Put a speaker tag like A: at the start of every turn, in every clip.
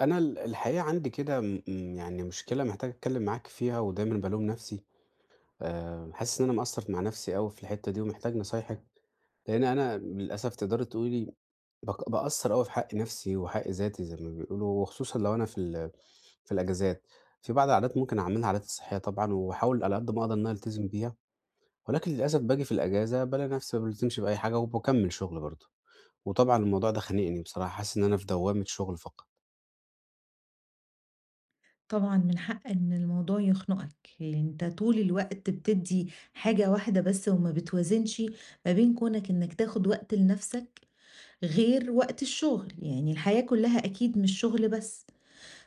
A: أنا الحقيقة عندي كده م م يعني مشكلة محتاج أتكلّم معاك فيها ودايمًا بالوم نَفْسي، حاسس إن أنا مقصّر مع نَفْسي أوي في الحتّة دي ومحتاج نصايحك، لإن أنا للأسف تقدري تقولي باقصّر أوي في حق نَفْسي وحق ذاتي زي ما بيقولوا، وخصوصًا لو أنا في الأجازات. في بعض العادات ممكن أعملها عاداتي الصحية طبعًا وباحاول على قد ما أقدر إن أنا ألتزم بيها، ولكن للأسف باجي في الأجازة بالاقي نَفْسي ما بالتزمش بأي حاجة وباكمّل شُغل برضه، وطبعًا الموضوع ده خانقني بصراحة، حاسس إن أنا في دوّامة شُغل فقط.
B: طبعًا من حق إن الموضوع يخنقك، لان أنت طول الوقت بتدّي حاجة واحدة بس وما بتوازنش ما بين كونك إنك تاخد وقت لنفسك غير وقت الشغل، يعني الحياة كلها أكيد مش شغل بس،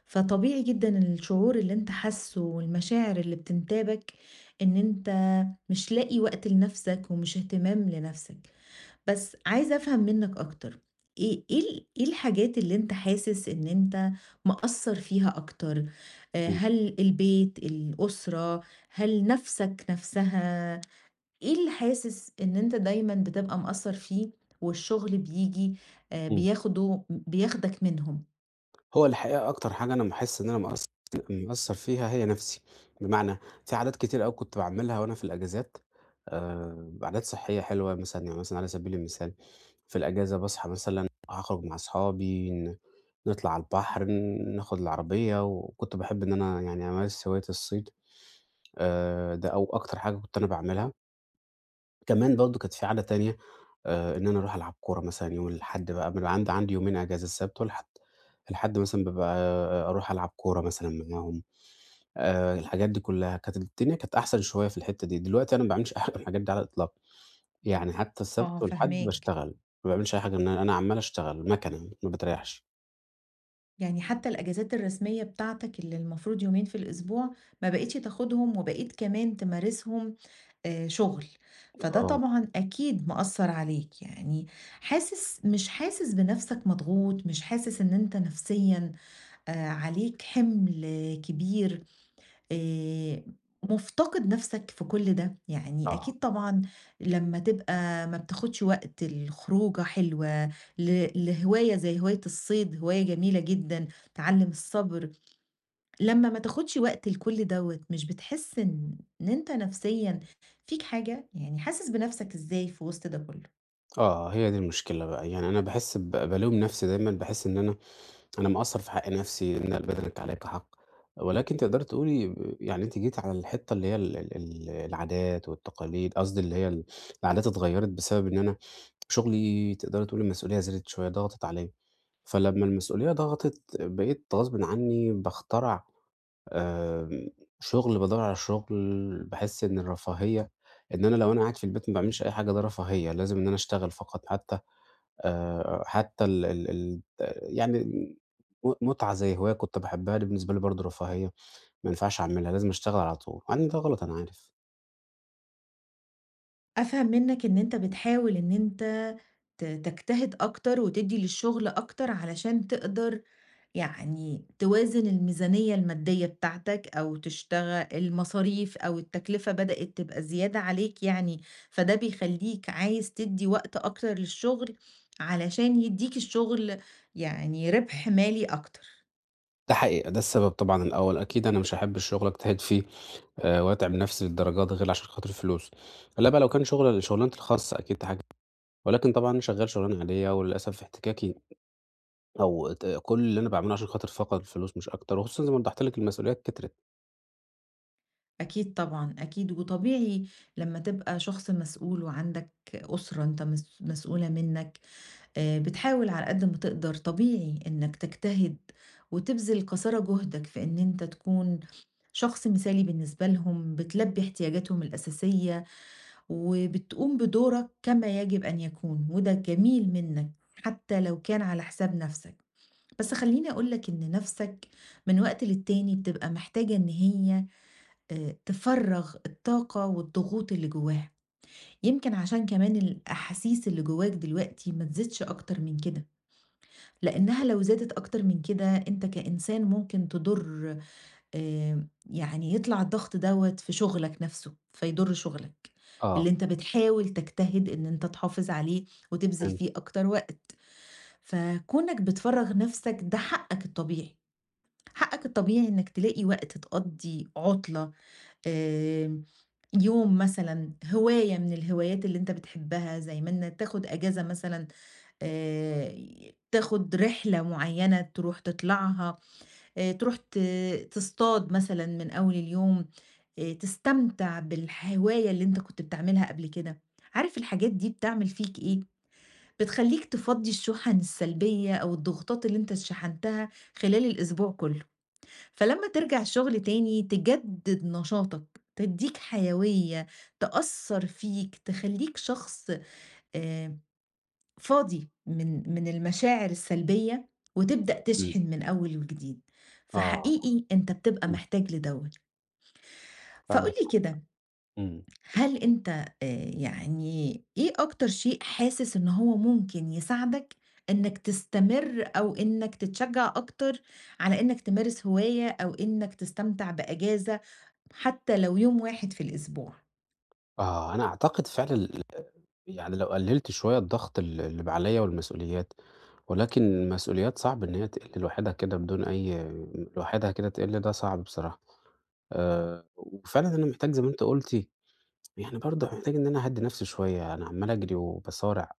B: فطبيعي جدًا الشعور اللي أنت حاسّه والمشاعر اللي بتنتابك إن أنت مش لاقي وقت لنفسك ومش اهتمام لنفسك. بس عايزة أفهم منّك أكتر، إيه الحاجات اللي أنت حاسس إن أنت مقصّر فيها أكتر؟
A: إمم.
B: هل البيت، الأسرة، هل نَفْسك نَفْسها؟ إيه اللي حاسس إن أنت دايمًا بتبقى مقصّر فيه والشغل بييجي
A: إمم.
B: بياخده بياخدك منهم؟
A: هو الحقيقة أكتر حاجة أنا باحس إن أنا مقصّر فيها هي نَفْسي، بمعنى في عادات كتير أوي كنت باعملها وأنا في الأجازات، عادات صحّية حلوة مثلًا يعني مثلًا على سبيل المثال في الأجازة باصحى مثلًا أخرج مع أصحابي نطلع على البحر، ناخد العربية وكنت باحب إن أنا يعني أمارس هواية الصيد، ده أو أكتر حاجة كنت أنا باعملها. كمان برضه كانت في عادة تانية، إن أنا أروح ألعب كورة مثلًا يوم الأحد بقى، بيبقى عندي يومين أجازة السبت والأحد، الأحد مثلًا بابقى أروح ألعب كورة مثلًا معاهم، الحاجات دي كلّها، كانت الدنيا كانت أحسن شوية في الحتّة دي، دلوقتي أنا ما باعملش أي حاجة من الحاجات دي على الإطلاق، يعني حتى
B: آه
A: السبت والأحد
B: فاهماك،
A: باشتغل، ما باعملش أي حاجة من أنا عمّال أشتغل مَكَنة ما باتريّحش.
B: يعني حتّى الأجازات الرسمية بتاعتك اللي المفروض يومين في الأسبوع، ما بقيتش تاخدهم وبقيت كمان تمارسهم شغل، فده
A: آه.
B: طبعًا أكيد مأثّر عليك، يعني مش حاسس بنَفْسك مضغوط، مش حاسس إن أنت نفسيًا عليك حِمل كبير، آآ مُفتقد نَفْسك في كل ده، يعني
A: آه.
B: أكيد طبعًا لمّا تبقى ما بتاخدش وقت لخروجة حلوة، لهواية زي هواية الصيد، هواية جميلة جدًا، تعلّم الصبر، لمّا ما تاخدش وقت لكل دوّة، مش بتحس إن أنت نفسيًا فيك حاجة؟ يعني حاسس بنفسك إزاي في وسط ده كله؟
A: آه، هي دي المشكلة بقى، يعني أنا باحس بالوم نَفْسي دايمًا باحس إن أنا مقصّر في حق نفسي إن البذلِك عليك حق، ولكن تقدري تقولي يعني أنتِ جيتِ على الحتّة اللي هي ال ال ال العادات والتقاليد، قصدي اللي هي العادات اتغيّرت بسبب إن أنا شغلي تقدري تقولي المسؤولية زادت شوية، ضغطت عليَّ، فلمّا المسؤولية ضغطت بقيت غصبٍ عني باخترع، آمم، شغل، بادوّر على شغل، باحس إن الرفاهية إن أنا لو أنا قاعد في البيت ما باعملش أي حاجة ده رفاهية، لازم إن أنا أشتغل فقط حتّى حتى ال ال ال يعني متعة زي هواية كنت باحبها دي بالنسبة لي برضه رفاهية، ما ينفعش أعملها، لازم أشتغل على طول، مع إن ده غلط أنا عارف.
B: أفهم منّك إن أنت بتحاول إن أنت تجتهد أكتر وتدّي للشغل أكتر علشان تقدر يعني توازن الميزانية المادية بتاعتك أو تشتغل المصاريف أو التكلفة بدأت تبقى زيادة عليك يعني، فده بيخلّيك عايز تدّي وقت أكتر للشغل علشان يدّيك الشغل يعني ربح مالي أكتر.
A: ده حقيقة، ده السبب طبعًا الأول، أكيد أنا مش هاحب الشغل أجتهد فيه، وأتعب نفسي للدرجة دي غير عشان خاطر الفلوس. لا بقى لو كان شغلانتي الخاصة أكيد ده حاجة، ولكن طبعًا أنا شغال شغلانة عادية وللأسف احتكاكي أو ت كل اللي أنا باعمله عشان خاطر فقط الفلوس مش أكتر، وخصوصًا زي ما وضحت لك المسؤوليات كترت.
B: أكيد طبعًا، أكيد، وطبيعي لمّا تبقى شخص مسؤول وعندك أسرة أنت مسؤولة منّك، بتحاول على قد ما تقدر طبيعي إنّك تجتهد وتبذل قصارى جهدك في إن أنت تكون شخص مثالي بالنسبة لهم، بتلبّي احتياجاتهم الأساسية وبتقوم بدورك كما يجب أن يكون، وده جميل منّك حتّى لو كان على حساب نَفْسك. بس خلّيني أقول لك إن نَفْسك من وقت للتاني بتبقى محتاجة إن هي تفرّغ الطاقة والضغوط اللي جواها، يمكن عشان كمان الأحاسيس اللي جواك دلوقتي ما تزيدش أكتر من كده، لإنها لو زادت أكتر من كده أنت كإنسان ممكن تضر يعني يطلع الضغط دوّة في شغلك نفسه، فيضر شغلك
A: آه.
B: اللي أنت بتحاول تجتهد إن أنت تحافظ عليه وتبذل
A: فهمت.
B: فيه أكتر وقت، فكونك بتفرّغ نفسك ده حقك الطبيعي، حقك الطبيعي إنك تلاقي وقت تقضّي عُطلة آآ، يوم مثلًا، هواية من الهوايات اللي أنت بتحبها، زي ما إن تاخد أجازة مثلًا، آآ، تاخد رحلة معيّنة تروح تطلعها، تروح تصطاد مثلًا من أول اليوم، تستمتع بالهواية اللي أنت كنت بتعملها قبل كده. عارف الحاجات دي بتعمل فيك إيه؟ بتخلّيك تفضّي الشُحَن السلبية أو الضغوطات اللي أنت اتشحنتها خلال الأسبوع كلّه. فلمّا ترجع الشغل تاني تجدد نشاطك، تدّيك حيوية، تأثّر فيك، تخلّيك شخص آآ فاضي من المشاعر السلبية، وتبدأ
A: إمم.
B: تشحن من أول وجديد،
A: آه.
B: فحقيقي أنت بتبقى
A: إمم.
B: محتاج لدوّة. فقُل
A: عندك
B: لي
A: حق.
B: كده،
A: إمم.
B: هل أنت يعني إيه أكتر شيء حاسس إن هو ممكن يساعدك إنك تستمر أو إنك تتشجّع أكتر على إنك تمارس هواية أو إنك تستمتع بأجازة حتى لو يوم واحد في الأسبوع،
A: آه، أنا أعتقد فعلًا يعني لو قلّلت شوية الضغط اللي بقى عليّا والمسؤوليات، ولكن المسؤوليات صعب إن هي تقِل لوحدها كده بدون أي، لوحدها كده تقِل ده صعب بصراحة، وفعلًا أنا محتاج زي ما أنتِ قُلتِ يعني برضه محتاج إن أنا أهدّي نفسي شوية، أنا عمّال أجري وباصارع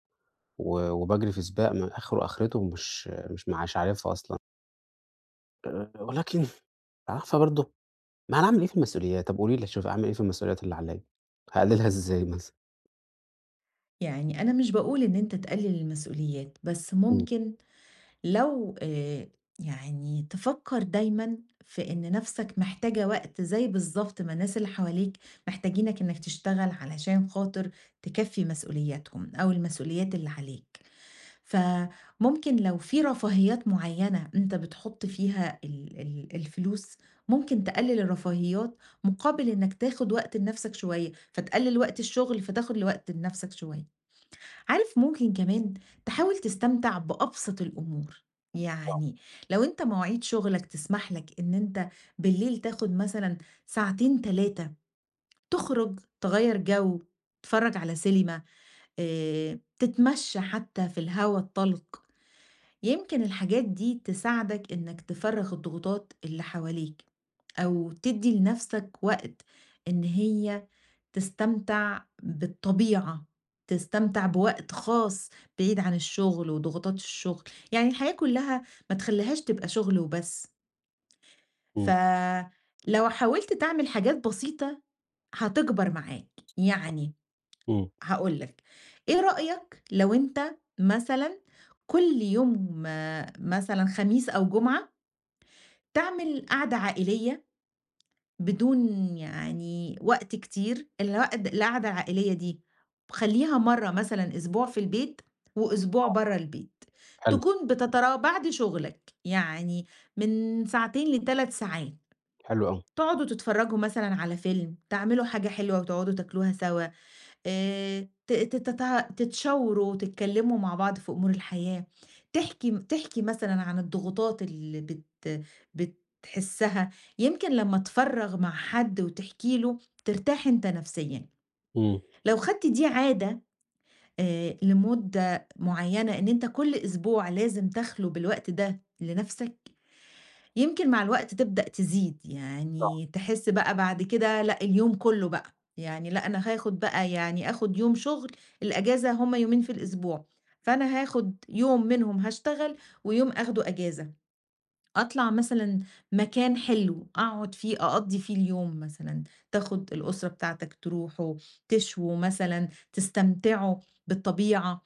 A: وباجري في سباق ما آخره آخرته مش عارفها أصلًا، ولكن عارفة برضه ما أنا أعمل إيه في المسؤوليات؟ طب قولي لي أشوف أعمل إيه في المسؤوليات اللي عليّا؟ هاقللها إزاي مثلًا؟
B: يعني أنا مش باقول إن أنت تقلل المسؤوليات، بس
A: إمم.
B: ممكن لو يعني تفكّر دايمًا في إن نَفْسك محتاجة وقت زي بالضبط ما الناس اللي حواليك محتاجينك إنك تشتغل علشان خاطر تكفّي مسؤولياتهم أو المسؤوليات اللي عليك. فممكن لو في رفاهيات معينة أنت بتحط فيها ال ال الفلوس، ممكن تقلل الرفاهيات مقابل إنك تاخد وقت لنفسك شوية، فتقلل وقت الشغل فتاخد لوقت لنفسك شوية. عارف ممكن كمان تحاول تستمتع بأبسط الأمور، يعني لو أنت مواعيد شغلك تسمح لك إن أنت بالليل تاخد مثلًا ساعتين 3 تخرج تغيّر جو، تتفرج على سينما، تتمشى حتى في الهوا الطلق. يمكن الحاجات دي تساعدك إنك تفرّغ الضغوطات اللي حواليك، أو تدّي لنفسك وقت إن هي تستمتع بالطبيعة، تستمتع بوقت خاص بعيد عن الشغل وضغوطات الشغل، يعني الحياة كلّها ما تخلّيهاش تبقى شغل وبس،
A: إمم.
B: فلو حاولت تعمل حاجات بسيطة هتكبر معاك، يعني
A: إمم.
B: هاقول لك، إيه رأيك لو أنت مثلًا كل يوم آه، مثلًا خميس أو جمعة تعمل قعدة عائلية بدون يعني وقت كتير، الوقد القعدة العائلية دي خلّيها مرّة مثلًا أسبوع في البيت وأسبوع برّه البيت،
A: حلو.
B: تكون بتترا بعد شغلك، يعني من ساعتين ل3 ساعات،
A: حلو أوي.
B: تقعدوا تتفرّجوا مثلًا على فيلم، تعملوا حاجة حلوة وتقعدوا تاكلوها سوا، ت تتتع تتشاوروا وتتكلّموا مع بعض في أمور الحياة، تحكي مثلًا عن الضغوطات اللي بتحسّها، يمكن لمّا تفرّغ مع حد وتحكي له ترتاح أنت نفسيًا.
A: إمم.
B: لو خدت دي عادة لمدة معيّنة إن أنت كل أسبوع لازم تخلو بالوقت ده لنفسك يمكن مع الوقت تبدأ تزيد،
A: آه.
B: يعني تحس بقى بعد كده لأ، اليوم كله بقى، يعني لأ، أنا هاخد بقى يعني آخد يوم شغل، الأجازة هُم يومين في الأسبوع، فأنا هاخد يوم منهم هاشتغل ويوم آخده أجازة. أطلع مثلًا مكان حلو أقعد فيه أقضّي فيه اليوم مثلًا، تاخد الأسرة بتاعتك تروحوا، تشووا مثلًا، تستمتعوا بالطبيعة،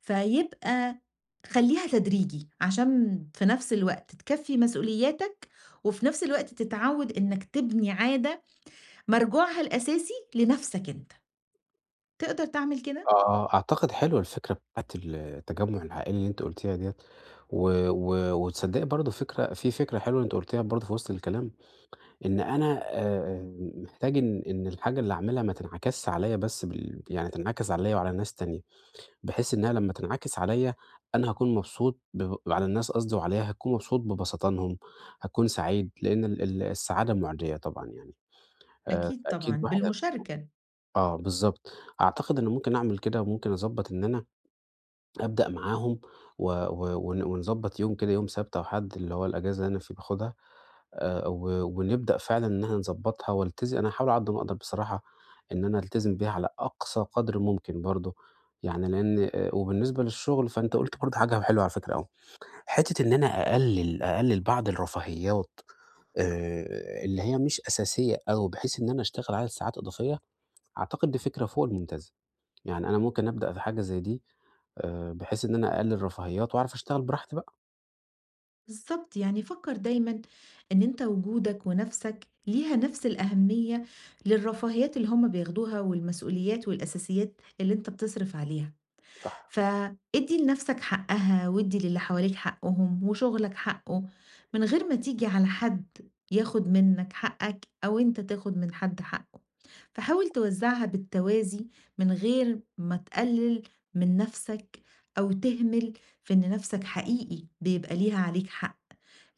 B: فيبقى خلّيها تدريجي عشان في نفس الوقت تكفّي مسؤولياتك، وفي نفس الوقت تتعوّد إنك تبني عادة مرجوعها الأساسي لنفسك أنت، تقدر تعمل كده؟
A: آه، أعتقد حلوة الفكرة بتاعة التجمُّع العائلي اللي أنتِ قُلتيها ديّة، و و وتصدّقي برضه فكرة في فكرة حلوة أنتِ قُلتيها برضه في وسط الكلام، إن أنا محتاج إن الحاجة اللي أعملها ما تنعكسش عليّا بس يعني تنعكس عليّا وعلى ناس تانية، بحيث إنها لمّا تنعكس عليّا أنا هاكون مبسوط على الناس قصدي وعليّا، هاكون مبسوط ببسطانهم، هاكون سعيد، لإن ال ال السعادة مُعديّة طبعًا يعني،
B: أكيد طبعًا،
A: فأكيد الواحد.
B: بالمشاركة.
A: آه بالضبط، أعتقد إن ممكن أعمل كده وممكن أضبّط إن أنا أبدأ معاهم و و ون ونضبّط يوم كده يوم سبت أو حد اللي هو الأجازة اللي أنا فيه باخدها، ونبدأ فعلًا إن إحنا نضبّطها والتزم أنا هاحاول على قد ما أقدر بصراحة إن أنا ألتزم بيها على أقصى قدر ممكن برضه، يعني لإن وبالنسبة للشغل فأنت قُلت برضه حاجة حلوة على فكرة أوي، حتّة إن أنا أقلل بعض الرفاهيات، اللي هي مش أساسية أوي بحيث إن أنا أشتغل عدد ساعات إضافية، أعتقد دي فكرة فوق الممتازة. يعني أنا ممكن أبدأ في حاجة زي دي، بحيث إن أنا أقلل رفاهيات وأعرف أشتغل براحتي بقى.
B: بالضبط، يعني فكّر دايمًا إن أنت وجودك ونَفْسك ليها نَفْس الأهمية للرفاهيات اللي هُم بياخدوها والمسؤوليات والأساسيات اللي أنت بتصرف عليها.
A: صح.
B: فادّي لنَفْسك حقّها، وادّي للي حواليك حقّهم، وشُغلك حقّه، من غير ما تيجي على حد ياخُد منّك حقّك أو أنت تاخُد من حد حقّه. فحاول توزّعها بالتوازي من غير ما تقلِّل من نَفْسك أو تهمل في إن نَفْسك حقيقي بيبقى ليها عليك حق،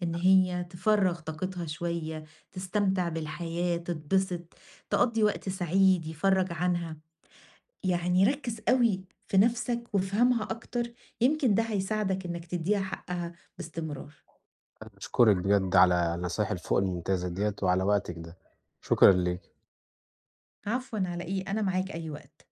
B: إن هي تفرّغ طاقتها شوية، تستمتع بالحياة، تتبسط، تقضّي وقت سعيد يفرّج عنها. يعني ركّز أوي في نَفْسك وافهمها أكتر، يمكن ده هيساعدك إنّك تدّيها حقّها باستمرار.
A: أنا باشكرِك بجد على النصايح الفوق الممتازة ديّة وعلى وقتِك ده، شكرًا ليكِ.
B: عفوًا على إيه، أنا معاك أي وقت.